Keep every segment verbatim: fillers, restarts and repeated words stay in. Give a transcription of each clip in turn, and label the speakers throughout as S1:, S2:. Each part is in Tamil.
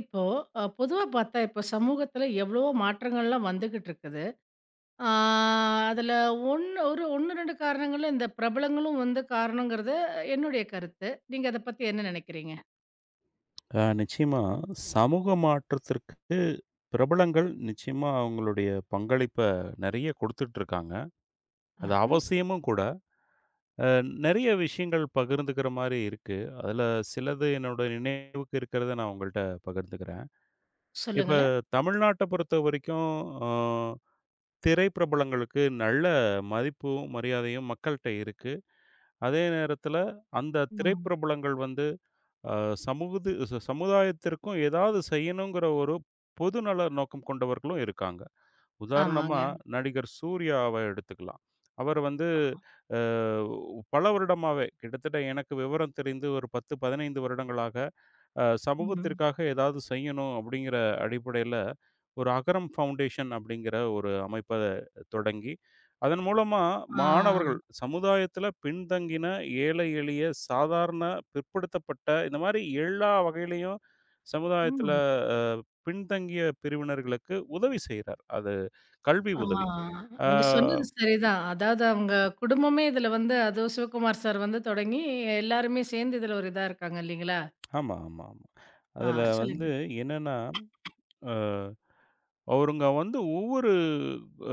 S1: இப்போ அ பொதுவா பார்த்தா, இப்ப சமூகத்துல எவ்வளவோ மாற்றங்கள்லாம் வந்துகிட்டு இருக்குது. ஆ, அதுல ஒண்ணு ஒரு ஒன்று, ரெண்டு காரணங்களும் இந்த பிரபலங்களும் வந்து காரணங்கிறது என்னுடைய கருத்து. நீங்க அத பத்தி என்ன நினைக்கிறீங்க?
S2: அ நிச்சயமா. சமூக மாற்றத்திற்கு பிரபலங்கள் நிச்சயமா அவங்களுடைய பங்களிப்ப நெறைய குடுத்துட்ருக்காங்க. அது
S1: ஆஹா.
S2: அவசியமும் கூட. அ நெறைய விஷயங்கள் பகிர்ந்துக்கிற மாரி இருக்கு. அதுல சிலது என்னோட நினைவுக்கு இருக்கிறத நான் உங்கள்ட்ட பகிர்ந்துக்கிறேன். இப்ப
S1: சொல்லுங்களேன்.
S2: தமிழ்நாட்ட பொறுத்தவரைக்கும் அ திரை பிரபலங்களுக்கு நல்ல மதிப்பும், மரியாதையும் மக்கள்ட்ட இருக்கு. அதே நேரத்துல அந்த திரை
S1: ம்.
S2: பிரபலங்கள் வந்து அ சமூகத்து ச சமுதாயத்திற்கும் ஏதாவது செய்யணுங்கிற ஒரு பொதுநல நோக்கம் கொண்டவர்களும் இருக்காங்க. உதாரணமா
S1: ஆமாங்க.
S2: நடிகர் சூர்யாவ எடுத்துக்கலாம். அவர் வந்து அ பல வருடமாவே கிட்டத்தட்ட எனக்கு விவரம் தெரிந்து ஒரு பத்து, பதினைந்து வருடங்களாக அஹ்
S1: ம்.
S2: சமூகத்திற்காக ஏதாவது செய்யணும் அப்படிங்கிற அடிப்படையில் ஒரு அகரம் ஃபவுண்டேஷன் அப்படிங்கிற ஒரு அமைப்பை தொடங்கி அதன் மூலமாக
S1: ஆ.
S2: மாணவர்கள் சமுதாயத்தில் பின்தங்கின ஏழை எளிய சாதாரண பிற்படுத்தப்பட்ட இந்த மாதிரி எல்லா வகையிலையும் சமுதாயத்தில்
S1: ம்.
S2: பின்தங்கிய பிரிவினர்களுக்கு உதவி செய்கிறார். அது கல்வி
S1: ஆ,
S2: உதவி.
S1: நீங்க சொன்னது சரிதான். அதாவது அவங்க குடும்பமே இதுல வந்து அதுவும் சிவகுமார் சார் வந்து தொடங்கி எல்லாருமே சேர்ந்து இதுல ஒரு இதா இருக்காங்க இல்லைங்களா?
S2: ஆமாம், ஆமாம், ஆமாம்.
S1: ஆ,
S2: அதில் வந்து
S1: சொல்லுங்க.
S2: என்னென்னா அவருங்க வந்து ஒவ்வொரு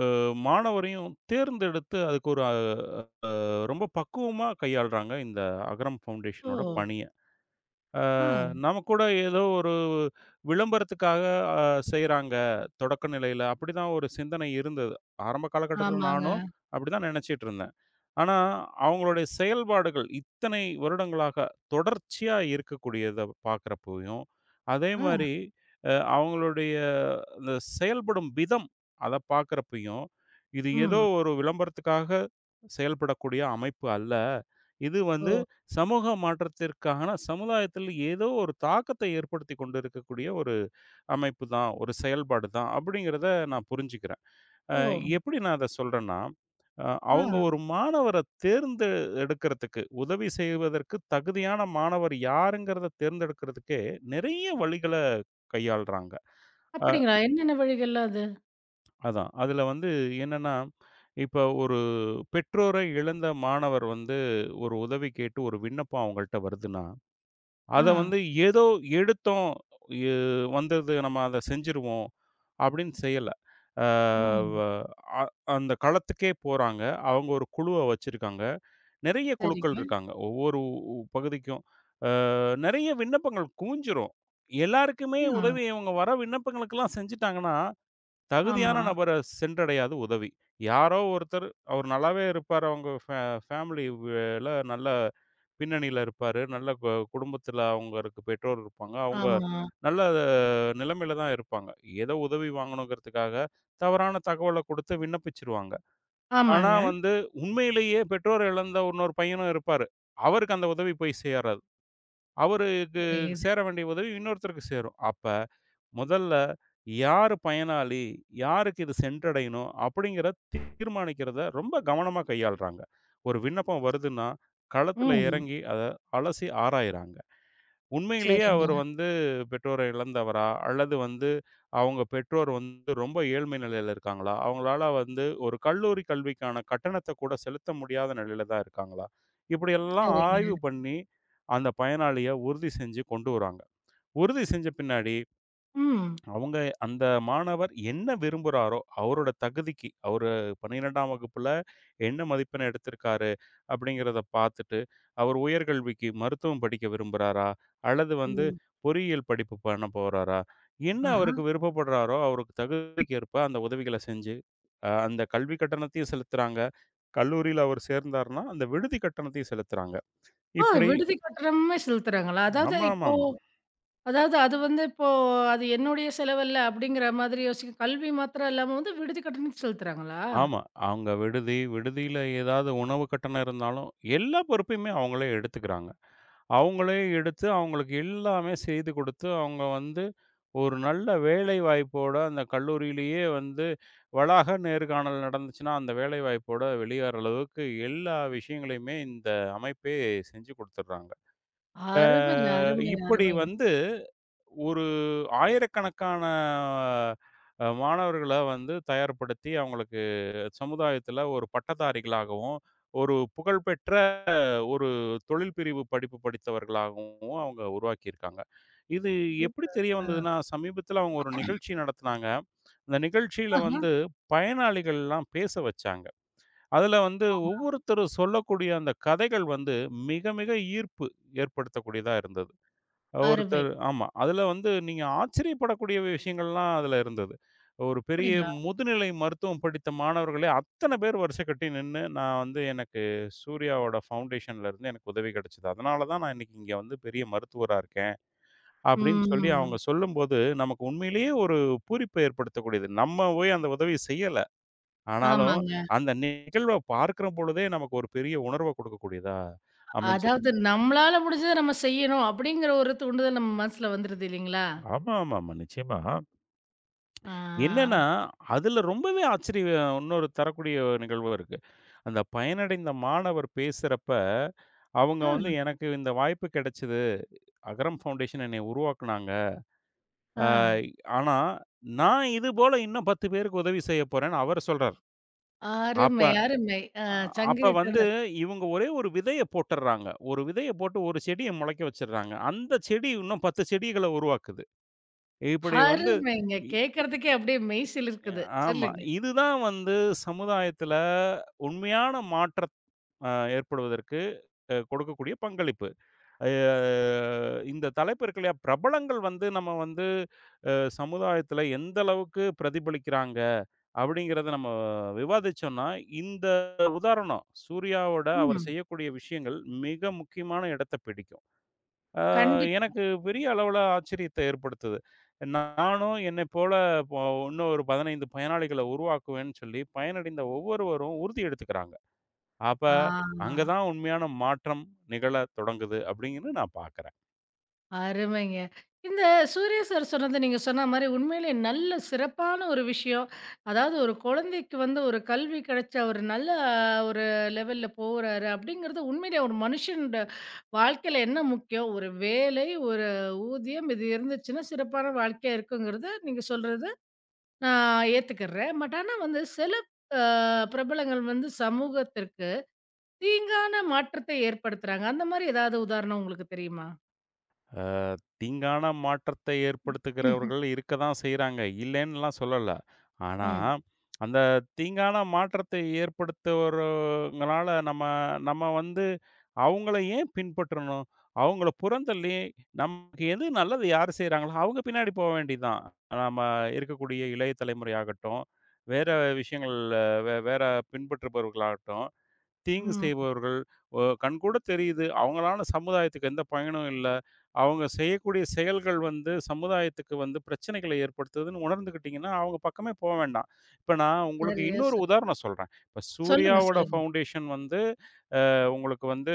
S2: அ மாணவரையும் தேர்ந்தெடுத்து அதுக்கு ஒரு அ ரொம்ப பக்குவமா கையாள்றாங்க இந்த அகரம்
S1: ஓ!
S2: ஃபவுண்டேஷனோட பணிய. அ
S1: ஆ,
S2: நம்ம கூட ஏதோ ஒரு விளம்பரத்துக்காக அ செய்றாங்க தொடக்க நிலையில. அப்படிதான் ஒரு சிந்தனை இருந்தது. ஆரம்ப காலகட்டத்தில
S1: ஆமாங்க.
S2: நானும் அப்படிதான் நினைச்சிட்டு இருந்தேன். ஆனா, அவங்களுடைய செயல்பாடுகள் இத்தனை வருடங்களாக தொடர்ச்சியா இருக்கக்கூடியத பார்க்குறப்பயும், அதே
S1: ஆ.
S2: மாரி அ அவங்களுடைய அந்த செயல்படும் விதம் அத பார்க்குறப்பயும், இது ஏதோ
S1: ம்.
S2: ஒரு விளம்பரத்துக்காக செயல்படக்கூடிய அமைப்பு அல்ல. இது
S1: ஓ!
S2: வந்து சமூக மாற்றத்திற்கான சமுதாயத்தில் ஏதோ ஒரு தாக்கத்தை ஏற்படுத்திக் கொண்டு இருக்கக்கூடிய ஒரு அமைப்பு தான், ஒரு செயல்பாடு தான் அப்படிங்கிறத நான் புரிஞ்சுக்கிறேன். அ
S1: ஓ!
S2: எப்படி நான் அத சொல்றேன்னா, அ
S1: ஆ.
S2: அவங்க ஒரு மாணவர தேர்ந்து எடுக்கிறதுக்கு, உதவி செய்வதற்கு தகுதியான மாணவர் யாருங்கிறத தேர்ந்தெடுக்கிறதுக்கே நெறைய வழிகள கையாள்றாங்க. அ
S1: அப்படிங்களா? என்னென்ன வழிகள்லாம் அது?
S2: அதான். அதுல வந்து என்னன்னா, இப்ப ஒரு பெற்றோரை இழந்த மாணவர் வந்து ஒரு உதவி கேட்டு ஒரு விண்ணப்பம் அவங்கள்ட்ட வருதுன்னா அத
S1: ஆ.
S2: வந்து ஏதோ எடுத்தோம், எ வந்தது நம்ம அத செஞ்சுருவோம் அப்படின்னு செய்யல. அ வ
S1: ஆ.
S2: அ அந்த களத்துக்கே போறாங்க. அவங்க ஒரு குழுவ வச்சிருக்காங்க. நெறைய குழுக்கள்
S1: சரிங்க.
S2: இருக்காங்க. ஒவ்வொரு உ பகுதிக்கும். அ நெறைய விண்ணப்பங்கள் குவிஞ்சிரும். எல்லாருக்குமே
S1: ஆ.
S2: உதவி இவங்க வர விண்ணப்பங்களுக்கெல்லாம் செஞ்சுட்டாங்கன்னா, தகுதியான
S1: ஆமா,
S2: நபர சென்றடையாது உதவி. யாரோ ஒருத்தர் அவர் நல்லாவே இருப்பார். அவங்க ஃபே ஃபேமிலி வே ல நல்ல பின்னணியில இருப்பாரு. நல்ல கு குடும்பத்தில அவங்களுக்கு பெற்றோர் இருப்பாங்க. அவங்க
S1: ஆமா.
S2: நல்ல நிலைமையில தான் இருப்பாங்க. ஏதோ உதவி வாங்கணுங்கிறதுக்காக தவறான தகவல குடுத்து விண்ணப்பிச்சுருவாங்க. ஆனா
S1: ஆமாங்க.
S2: வந்து உண்மையிலேயே பெற்றோர் இழந்த இன்னொரு பையனும் இருப்பாரு. அவருக்கு அந்த உதவி போய் சேராது. அவருக்கு
S1: புரியுது.
S2: சேர வேண்டிய உதவி இன்னொருத்தருக்கு சேரும். அப்ப முதல்ல யாரு பயனாளி? யாருக்கு இது சென்றடையணும்? அப்படிங்கிறத தீர்மானிக்கிறத ரொம்ப கவனமா கையாள்றாங்க. ஒரு விண்ணப்பம் வருதுன்னா, களத்துல
S1: ம்.
S2: இறங்கி அத அலசி ஆராய்றாங்க. உண்மையிலேயே
S1: சரிங்க,
S2: அவர் வந்து பெற்றோரை இழந்தவரா? அல்லது வந்து அவங்க பெற்றோர் வந்து ரொம்ப ஏழ்மை நிலையில இருக்காங்களா? அவங்களால வந்து ஒரு கல்லூரி கல்விக்கான கட்டணத்த கூட செலுத்த முடியாத நிலையில தான் இருக்காங்களா? இப்படியெல்லாம்
S1: சரிங்க.
S2: ஆய்வு பண்ணி, அந்த பயனாளிய உறுதி செஞ்சு கொண்டு வராங்க. உறுதி செஞ்ச பின்னாடி
S1: ம்.
S2: அவங்க அந்த மாணவர் என்ன விரும்புறாரோ, அவரோட தகுதிக்கு, அவரு பன்னிரண்டாம் வகுப்புல என்ன மதிப்பெண் எடுத்திருக்காரு அப்படிங்கிறத பார்த்துட்டு, அவர் உயர்கல்விக்கு மருத்துவம் படிக்க விரும்புறாரா? அல்லது வந்து
S1: ம்.
S2: பொறியியல் படிப்பு பண்ண போறாரா? என்ன
S1: ஆஹா.
S2: அவருக்கு விருப்பப்படுறாரோ, அவருக்கு தகுதிக்கு ஏற்ப அந்த உதவிகள செஞ்சு, அ அந்த கல்வி கட்டணத்தையும் செலுத்துறாங்க. கல்லூரியில அவர் சேர்ந்தார்னா, அந்த விடுதி கட்டணத்தையும் செலுத்துறாங்க.
S1: ஆ,
S2: இப்படி
S1: விடுதி கட்டணமுமே செலுத்துறாங்களா? அதாவது இப்போ
S2: ஆமாமாமா.
S1: அதாவது அது வந்து இப்போ அது என்னுடைய செலவல்ல அப்படிங்கிற மாதிரி யோசிக்க கல்வி மாத்திரம் இல்லாம வந்து விடுதி கட்டணம் செலுத்துறாங்களா?
S2: ஆமா. அவங்க விடுதி, விடுதியில ஏதாவது உணவு கட்டணம் இருந்தாலும், எல்லா பொறுப்பையுமே அவங்களே எடுத்துக்கிறாங்க. அவங்களே எடுத்து, அவங்களுக்கு எல்லாமே செய்து கொடுத்து, அவங்க வந்து ஒரு நல்ல வேலை வாய்ப்போட அந்த கல்லூரியிலேயே வந்து வளாக நேர்காணல் நடந்துச்சுன்னா, அந்த வேலை வாய்ப்போட வெளியேற அளவுக்கு எல்லா விஷயங்களையுமே இந்த அமைப்பே செஞ்சு கொடுத்துடுறாங்க. ஆ
S1: அருமைங்க, அருமைங்க,
S2: இப்படி
S1: அருமைங்க.
S2: வந்து ஒரு ஆயிரக்கணக்கான அ மாணவர்கள வந்து தயார்படுத்தி அவங்களுக்கு சமுதாயத்துல ஒரு பட்டதாரிகளாகவும், ஒரு புகழ்பெற்ற ஒரு தொழில் பிரிவு படிப்பு படித்தவர்களாகவும் அவங்க உருவாக்கியிருக்காங்க. இது எப்படி
S1: சூப்
S2: தெரிய
S1: ஆ.
S2: வந்ததுன்னா, சமீபத்தில அவங்க ஒரு நிகழ்ச்சி நடத்துனாங்க. அந்த நிகழ்ச்சியில
S1: ஆஹா.
S2: வந்து பயனாளிகள்லாம் பேச வச்சாங்க. அதுல வந்து ஒவ்வொருத்தரும் சொல்லக்கூடிய அந்த கதைகள் வந்து மிக மிக ஈர்ப்பு ஏற்படுத்தக்கூடியதா இருந்தது.
S1: அருமை.
S2: ஒருத்தர் ஆமா. அதுல வந்து நீங்க ஆச்சரியப்படக்கூடிய விஷயங்கள்லாம் அதுல இருந்தது. ஒரு பெரிய
S1: அப்படிங்களா?
S2: முதுநிலை மருத்துவம் படித்த மாணவர்களே அத்தன பேர் வரிசை கட்டி நின்னு, நான் வந்து எனக்கு சூர்யாவோட ஃபவுண்டேஷன்லருந்து எனக்கு உதவி கிடைச்சது. அதனால தான் நான் இன்னைக்கு இங்க வந்து பெரிய மருத்துவரா இருக்கேன். அப்படின்னு சொல்லி அவங்க
S1: ம்.
S2: சொல்லும்போது, நமக்கு உண்மையிலேயே ஒரு பூரிப்பு ஏற்படுத்தக்கூடியது. நம்ம போய் அந்த உதவிய செய்யல. ஆனாலும்
S1: ஆமாங்க.
S2: அந்த நிகழ்வ பார்க்கிற பொழுதே நமக்கு ஒரு பெரிய உணர்வ கொடுக்கக்கூடியதா அமைஞ்சிருக்கு.
S1: அதாவது நம்மளால முடிஞ்சத நம்ம செய்யணும் அப்படிங்கிற ஒரு தூண்டுதல் நம்ம மனசுல வந்துருது இல்லைங்களா?
S2: ஆமா, ஆமாமா. நிச்சயமா.
S1: ஆ,
S2: என்னன்னா, அதுல ரொம்பவே ஆச்சரியம் இன்னொரு தரக்கூடிய நிகழ்வு இருக்கு. அந்த பயனடைந்த மாணவர் பேசுறப்ப, அவங்க
S1: ஆ,
S2: வந்து "எனக்கு இந்த வாய்ப்பு கிடைச்சது. அகரம் ஃபவுண்டேஷன் என்னைய உருவாக்குனாங்க. அ
S1: ஆ.
S2: ஆனா, நான் இதுபோல இன்னும் பத்து பேருக்கு உதவி செய்ய போறேன்னு" அவர் சொல்றார். அப்ப
S1: அருமை, அருமை. அ
S2: அ- அப்ப
S1: சங்கிலி
S2: வந்து
S1: தொடர்.
S2: இவங்க ஒரே ஒரு விதைய போட்டுர்றாங்க. ஒரு விதைய போட்டு ஒரு செடிய முளைக்க வச்சுர்றாங்க. அந்த செடி இன்னும் பத்து செடிகள உருவாக்குது. இப்படி வந்து
S1: அருமைங்க.
S2: இ
S1: கேட்கறதுக்கே அப்படியே மெய்
S2: அ
S1: சிலிர்க்குது.
S2: ஆமா.
S1: சொல்லுங்க.
S2: இதுதான் வந்து சமுதாயத்தில உண்மையான மாற்றம் அ ஏற்படுவதற்கு அ கொடுக்கக்கூடிய பங்களிப்பு. அ இந்த தலைப்பு இருக்கு இல்லையா? பிரபலங்கள் வந்து நம்ம வந்து அ சமுதாயத்தில எந்த அளவுக்கு பிரதிபலிக்கிறாங்க, அப்படிங்கிறத நம்ம விவாதிச்சோம்னா, இந்த உதாரணம் சூர்யாவோட அவர்
S1: ம்.
S2: செய்யக்கூடிய விஷயங்கள் மிக முக்கியமான இடத்த பிடிக்கும். ஆ
S1: கண்டிப்பா.
S2: எனக்கு பெரிய அளவுல ஆச்சரியத்த ஏற்படுத்துது. நானும் என்னை போல போ இன்னும் ஒரு பதினைந்து பயனாளிகள உருவாக்குவேன்னு சொல்லி, பயனடைந்த ஒவ்வொருவரும் உறுதி எடுத்துக்கிறாங்க. அப்ப,
S1: ஆ.
S2: அங்க தான் உண்மையான மாற்றம் நிகழத் தொடங்குது, அப்படிங்கன்னு நான் பார்க்கிறேன்.
S1: அருமைங்க. இந்த சூர்யா சார் சொன்னது நீங்க சொன்ன மாரி உண்மையிலே நல்ல சிறப்பான ஒரு விஷயம். அதாவது ஒரு குழந்தைக்கு வந்து ஒரு கல்வி கிடைச்ச ஒரு நல்ல ஆஹ், ஒரு லெவல்ல போறாரு அப்படிங்கிறது உண்மையிலே ஒரு மனுஷனோட வாழ்க்கையில என்ன முக்கியம்? ஒரு வேலை, ஒரு ஊதியம் இது இருந்துச்சுன்னா சிறப்பான வாழ்க்கையா இருக்குங்கிறத நீங்க சொல்றது நான் ஏத்துக்கிறேன். பட் ஆனா வந்து சில அ பிரபலங்கள் வந்து சமூகத்திற்கு தீங்கான மாற்றத்தை ஏற்படுத்துறாங்க. அந்த மாரி ஏதாவது உதாரணம் உங்களுக்கு தெரியுமா?
S2: தீங்கான மாற்றத்தை ஏற்படுத்துகிறவர்கள் இருக்க தான் செய்றாங்க. இல்லேன்னுலாம் சொல்லல. ஆனா,
S1: ம்.
S2: அந்த தீங்கான மாற்றத்தை ஏற்படுத்துவர்ங்கனால நம்ம நம்ம வந்து அவங்கள ஏன் பின்பற்றணும்? அவங்கள புறந்தள்ளி, நமக்கு எது நல்லது யார் செய்றாங்களோ, அவங்க பின்னாடி போ வேண்டியது தான். நம்ம இருக்கக்கூடிய இளைய தலைமுறையாகட்டும், வேற விஷயங்கள்ல வே வேற பின்பற்றுபவர்களாகட்டும் தீங்கு
S1: ம்.
S2: செய்பவர்கள் ஒ கண்கூட தெரியுது. அவங்களால சமுதாயத்துக்கு எந்த பயனும் இல்ல. அவங்க செய்யக்கூடிய செயல்கள் வந்து சமுதாயத்துக்கு வந்து பிரச்சனைகள ஏற்படுத்துதுன்னு உணர்ந்துக்கிட்டீங்கன்னா, அவங்க பக்கமே போ வேண்டாம். இப்ப நான் உங்களுக்கு
S1: சரியா
S2: இன்னொரு
S1: சொன்னீங்க.
S2: உதாரணம் சொல்றேன். இப்ப
S1: சொல்லுங்க,
S2: சூர்யாவோட
S1: சொல்லுங்க.
S2: ஃபவுண்டேஷன் வந்து அ உங்களுக்கு வந்து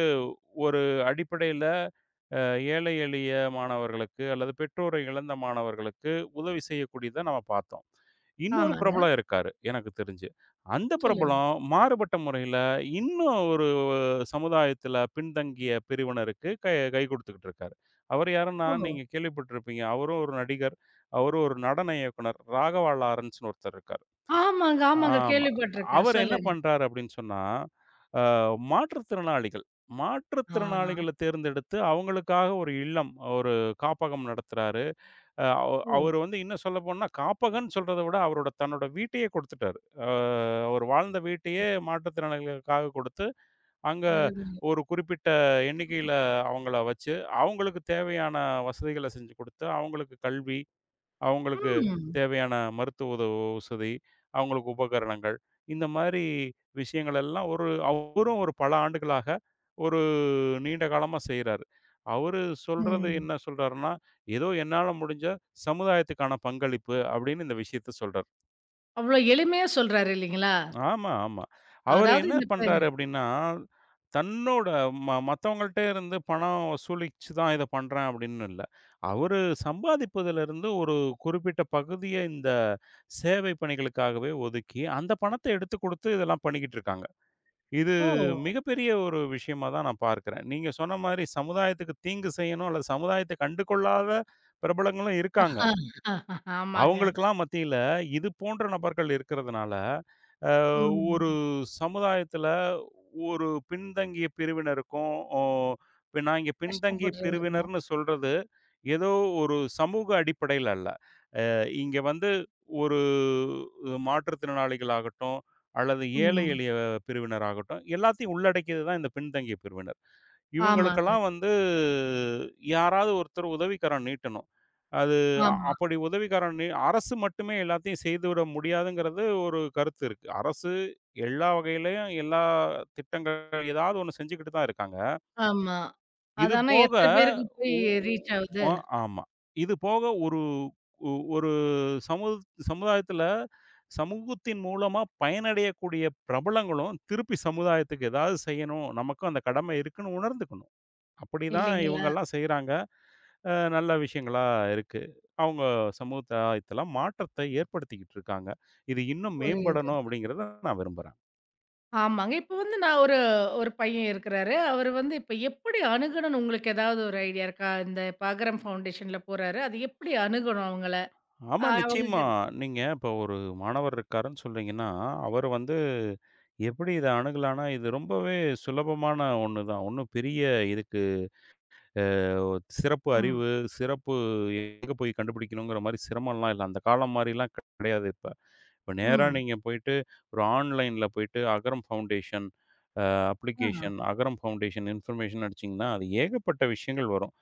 S2: ஒரு அடிப்படையில அ ஏழை எளிய மாணவர்களுக்கு அல்லது பெற்றோரை இழந்த மாணவர்களுக்கு உதவி செய்யக்கூடியத நம்ம பார்த்தோம். இன்னொரு
S1: ஆமாங்க.
S2: பிரபலம் இருக்காரு, எனக்கு தெரிஞ்சு. அந்த
S1: சொல்லுங்க.
S2: பிரபலம் மாறுபட்ட முறையில இன்னும் ஒரு சமுதாயத்துல பின்தங்கிய பிரிவினருக்கு கை கை குடுத்துக்கிட்டு இருக்காரு. அவரு யாருன்னா,
S1: ஓஹோ!
S2: நீங்க கேள்விப்பட்டிருப்பீங்க. அவரும் ஒரு நடிகர். அவரும் ஒரு நடன இயக்குனர். ராகவா லாரன்ஸ்ன்னு ஒருத்தர் இருக்காரு.
S1: ஆமாங்க, ஆமாங்க.
S2: ஆமா.
S1: கேள்விப்பட்டுருக்கேன்.
S2: அவரு என்ன
S1: சொல்லுங்க.
S2: பண்றாரு அப்படின்னு சொன்னா, அ மாற்றுத்திறனாளிகள்
S1: ஆ.
S2: மாற்றுத்திறனாளிகள தேர்ந்தெடுத்து அவங்களுக்காக ஒரு இல்லம், ஒரு காப்பகம் நடத்துறாரு. அ அவ
S1: ஓ!
S2: அவரு வந்து இன்னும் சொல்லப்போனா காப்பகம்ன்னு சொல்றத விட அவரோட தன்னோட வீட்டையே குடுத்துட்டாரு. அ அவர் வாழ்ந்த வீட்டையே மாற்றுத்திறனாளிகளுக்காக குடுத்து அங்க
S1: அருமைங்க.
S2: ஒரு குறிப்பிட்ட எண்ணிக்கையில அவங்கள வச்சு, அவங்களுக்கு தேவையான வசதிகள செஞ்சு குடுத்து, அவங்களுக்கு கல்வி, அவங்களுக்கு
S1: ம்.
S2: தேவையான மருத்துவ உத வசதி, அவங்களுக்கு உபகரணங்கள், இந்த மாரி விஷயங்கள் எல்லாம் ஒரு அவரும் ஒரு பல ஆண்டுகளாக ஒரு நீண்ட காலமா செய்றாரு. அவரு சொல்றது
S1: ம்.
S2: என்ன சொல்றாருன்னா, ஏதோ என்னால முடிஞ்ச சமுதாயத்துக்கான பங்களிப்பு அப்படின்னு இந்த விஷயத்த சொல்றாரு.
S1: அவ்வளோ எளிமையா சொல்றாரு இல்லீங்களா?
S2: ஆமா, ஆமா. அவரு
S1: அதாவது
S2: என்ன
S1: இந்த இப்ப
S2: பண்றாரு அப்டின்னா, தன்னோட ம மத்தவங்கள்ட்ட இருந்து பணம் வசூலிச்சு தான் இத பண்றேன் அப்டின்னு இல்ல. அவரு சம்பாதிப்பதிலிருந்து ஒரு குறிப்பிட்ட பகுதிய இந்த சேவை பணிகளுக்காகவே ஒதுக்கி, அந்த பணத்த எடுத்து குடுத்து இதெல்லாம் பண்ணிக்கிட்டு இருக்காங்க. இது
S1: ஓ!
S2: மிகப்பெரிய ஒரு விஷயமா தான் நான் பார்க்கிறேன். நீங்க சொன்ன மாரி சமுதாயத்துக்கு தீங்கு செய்யணும் அல்லது சமுதாயத்த கண்டுகொள்ளாத பிரபலங்களும் இருக்காங்க.
S1: ஆஹா, ஆஹா, ஆமாங்க.
S2: அவங்களுக்கெல்லாம் மத்தியில, இது போன்ற நபர்கள் இருக்கிறதுனால, அ ஒரு
S1: ம்.
S2: சமுதாயத்தில ஒரு பின்தங்கிய பிரிவினருக்கும், ஓ இப்ப நான் இங்க பின்தங்கிய
S1: கஷ்டப்படுறாங்க.
S2: பிரிவினர்ன்னு சொல்றது, ஏதோ ஒரு சமூக அடிப்படையில அல்ல. அ இங்க வந்து ஒரு மாற்றுத்திறனாளிகளாகட்டும், அல்லது ஏழை
S1: ம்.
S2: எளிய பிரிவினராகட்டும், எல்லாத்தையும் உள்ளடக்கியது தான் இந்த பின்தங்கிய பிரிவினர்.
S1: ஆமாங்க.
S2: இவங்களுக்கெல்லாம் வந்து யாராவது ஒருத்தர் உதவிக்கரம் நீட்டணும். அது அ
S1: ஆமா,
S2: அப்படி உதவிக்கரம் நீ அரசு மட்டுமே எல்லாத்தையும் செய்துவிட முடியாதுங்கிறது ஒரு கருத்து இருக்கு. அரசு எல்லா வகையிலயும் எல்லா திட்டங்கள் ஏதாவது ஒண்ணு செஞ்சுக்கிட்டு தான் இருக்காங்க.
S1: ஆமா.
S2: இது
S1: அது ஆனா
S2: போக
S1: எத்தன பேருக்கு போய்
S2: உ
S1: ரீச் ஆவுது?
S2: உ அ ஆமா. இது போக ஒரு ஒ ஒரு சமு சமுதாயத்தில சமூகத்தின் மூலமா பயனடையக்கூடிய பிரபலங்களும் திருப்பி சமுதாயத்துக்கு ஏதாவது செய்யணும். நமக்கும் அந்த கடமை இருக்குன்னு உணர்ந்துக்கணும். அப்படிதான்
S1: இல்லீங்களா?
S2: இவங்கெல்லாம் செய்றாங்க. அ நல்ல விஷயங்களா இருக்கு. அவங்க சமூகத்துல மாற்றத்தை ஏற்படுத்திக்கிட்டு இருக்காங்க. இது இன்னும்
S1: புரியுது.
S2: மேம்படணும் அப்படிங்கிறத நான் விரும்புறேன்.
S1: ஆமாங்க. இப்ப வந்து நான் ஒரு ஒரு பையன் இருக்கிறாரு. அவரு வந்து இப்ப எப்படி அணுகணும்னு உங்களுக்கு ஏதாவது ஒரு ஐடியா இருக்கா? இந்த இப்ப அகரம் ஃபவுண்டேஷன்ல போறாரு. அது எப்படி அணுகணும் அவங்கள? அ
S2: ஆமா, நிச்சயமா.
S1: அவங்களுக்கு
S2: நீங்க இப்போ ஒரு மாணவர் இருக்காருன்னு சொல்றீங்கன்னா, அவர் வந்து எப்படி இத அணுகலான்னா, இது ரொம்பவே சுலபமான ஒண்ணு தான். ஒண்ணும் பெரிய இதுக்கு ஒரு சிறப்பு
S1: ம்,
S2: அறிவு, சிறப்பு எங்க போய் கண்டுபிடிக்கணுங்கிற மாரி சிரமம்லாம் இல்ல. அந்த காலம் மாரிலாம் கிடையாது இப்ப. இப்ப நேரா
S1: ம்.
S2: நீங்க போயிட்டு ஒரு ஆன்லைன்ல போயிட்டு அகரம் ஃபவுண்டேஷன்
S1: ஆ.
S2: அப்ளிகேஷன், அகரம் ஃபவுண்டேஷன் இன்ஃபர்மேஷன் அடிச்சீங்கன்னா, அது ஏகப்பட்ட விஷயங்கள் வரும்.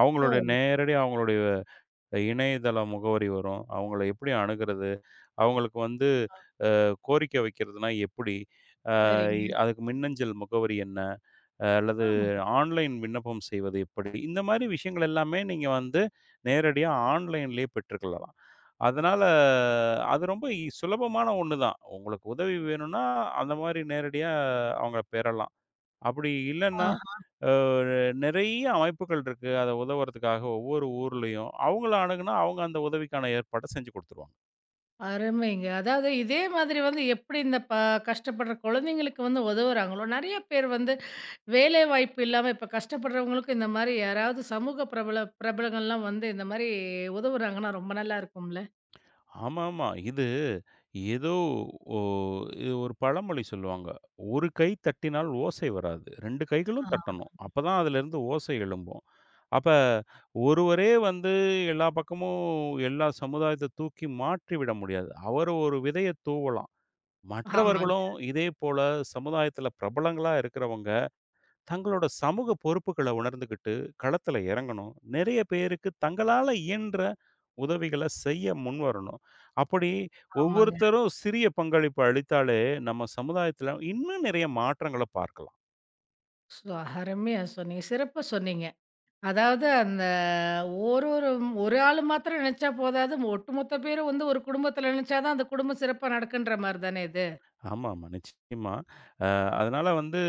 S2: அவங்களுடைய
S1: ஓ!
S2: நேரடி அவங்களுடைய இணையதள முகவரி வரும். அவங்கள எப்படி அணுகுறது? அவங்களுக்கு வந்து கோரிக்கை வைக்கிறதுனா எப்படி? ஐ
S1: சரிங்க.
S2: அதுக்கு மின்னஞ்சல் முகவரி என்ன? அஹ் அல்லது
S1: ஆ.
S2: ஆன்லைன் விண்ணப்பம் செய்வது எப்படி? இந்த மாரி விஷயங்கள் எல்லாமே நீங்க வந்து நேரடியா ஆன்லைன்லேயே பெற்றுக்கொள்ளலாம். அதனால அது ரொம்ப இ சுலபமான ஒண்ணு தான். உங்களுக்கு உதவி வேணும்னா, அந்த மாரி நேரடியா அவங்கள பெறலாம். அப்படி இல்லன்னா,
S1: ஆஹா.
S2: அ நிறைய அமைப்புகள் இருக்கு. அத உதவுறதுக்காக ஒவ்வொரு ஊர்லயும். அவங்கள அணுகுனா, அவங்க அந்த உதவிக்கான ஏற்பாட்ட செஞ்சு குடுத்துருவாங்க.
S1: அருமைங்க. அதாவது இதே மாதிரி வந்து எப்படி இந்த ப கஷ்டப்படுற குழந்தைங்களுக்கு வந்து உதவுறாங்களோ, நெறைய பேர் வந்து வேலைவாய்ப்பு இல்லாம இப்ப கஷ்டப்படுறவங்களுக்கும் இந்த மாரி யாராவது சமூக பிரபல பிரபலங்கள்லாம் வந்து இந்த மாரி உதவுறாங்கன்னா ரொம்ப நல்லா இருக்கும்ல.
S2: ஆமாமா. இது ஏதோ ஒ இது ஒரு பழமொழி சொல்லுவாங்க. "ஒரு கை தட்டினால் ஓசை வராது. இரண்டு கைகளும்
S1: ஆ.
S2: தட்டணும். அப்பதான் அதிலிருந்து ஓசை எழும்பும்." அப்ப ஒருவரே வந்து எல்லா பக்கமும் எல்லா சமுதாயத்த தூக்கி மாற்றி விட முடியாது. அவர் ஒரு விதைய தூவலாம்.
S1: ஆமாங்க,
S2: மற்றவர்களும் இதே போல சமுதாயத்தில பிரபலங்களா இருக்கிறவங்க தங்களோட சமூக பொறுப்புகள உணர்ந்துகிட்டு, களத்துல இறங்கணும். நெறைய பேருக்கு தங்களால இயன்ற உதவிகள செய்ய முன்வரணும். அப்படி
S1: ஆமாங்க.
S2: ஒவ்வொருத்தரும் சிறிய பங்களிப்பு அளித்தாலே, நம்ம சமுதாயத்துல இன்னும் நெறைய மாற்றங்கள பார்க்கலாம்.
S1: ஸோ, அருமையா சொன்னீங்க. சிறப்பா சொன்னீங்க. அதாவது அந்த ஒரு ஒரு ஒரு ஆள் மாத்திரம் நினைச்சா போதாது. ஒட்டுமொத்த பேரும் வந்து ஒரு குடும்பத்தில நினைச்சா தான் அந்த குடும்பம் சிறப்பா நடக்குன்ற மாரி தானே இது.
S2: ஆமாமா, நிச்சயமா. அ அதனால வந்து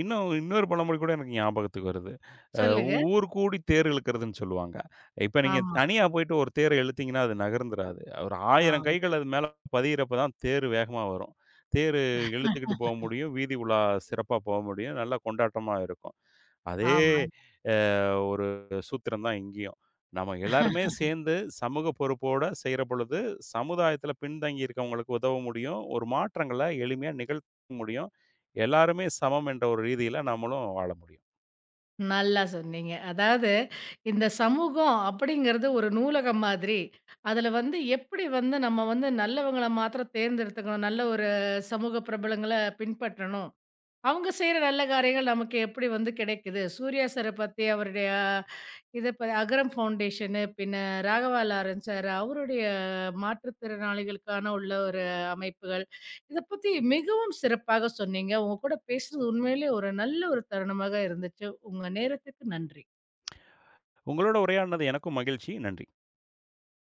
S2: இன்னும் இன்னொரு பழமொழி கூட எனக்கு ஞாபகத்துக்கு வருது. அ
S1: சொல்லுங்க.
S2: ஊர் கூடி தேர் இழுக்கிறதுன்னு சொல்லுவாங்க. இப்ப நீங்க
S1: ஆமா,
S2: தனியா போயிட்டு ஒரு தேர இழுத்தீங்கன்னா, அது நகர்ந்துராது. ஒரு ஆயிரம்
S1: ஆமா.
S2: கைகள் அது மேல பதியிறப்ப தான் தேர் வேகமா வரும். தேர் இழுத்துக்கிட்டு போக முடியும். வீதி உலா சிறப்பா போக முடியும். நல்லா கொண்டாட்டமா இருக்கும். அதே
S1: ஆமா.
S2: அ ஒரு சூத்திரம் தான் இங்கேயும். நம்ம எல்லாருமே சேர்ந்து சமூக பொறுப்போட செய்ற பொழுது, சமுதாயத்தில பின்தங்கி இருக்கவங்களுக்கு உதவ முடியும். ஒரு மாற்றங்கள எளிமையா நிகழ்த்த முடியும். எல்லாருமே சமம் என்ற ஒரு ரீதியில நம்மளும் வாழ முடியும்.
S1: நல்லா சொன்னீங்க. அதாவது இந்த சமூகம் அப்படிங்கிறது ஒரு நூலகம் மாதிரி. அதில வந்து எப்படி வந்து நம்ம வந்து நல்லவங்கள மாத்திரம் தேர்ந்தெடுத்துக்கணும். நல்ல ஒரு சமூக பிரபலங்கள பின்பற்றணும். அவங்க செய்ற நல்ல காரியங்கள் நமக்கு எப்படி வந்து கிடைக்குது? சூர்யா சார பத்தி அவருடைய இத ப அகரம் ஃபவுண்டேஷனு, பின்ன ராகவா லாரன்ஸ் சார், அவருடைய மாற்றுத்திறனாளிகளுக்கான உள்ள ஒரு அமைப்புகள். இத பத்தி மிகவும் சிறப்பாக சொன்னீங்க. உங்க கூட பேசுனது உண்மையிலேயே ஒரு நல்ல ஒரு தருணமாக இருந்துச்சு. உங்க நேரத்துக்கு நன்றி.
S2: உங்களோட உரையாடினது எனக்கும் மகிழ்ச்சி. நன்றி.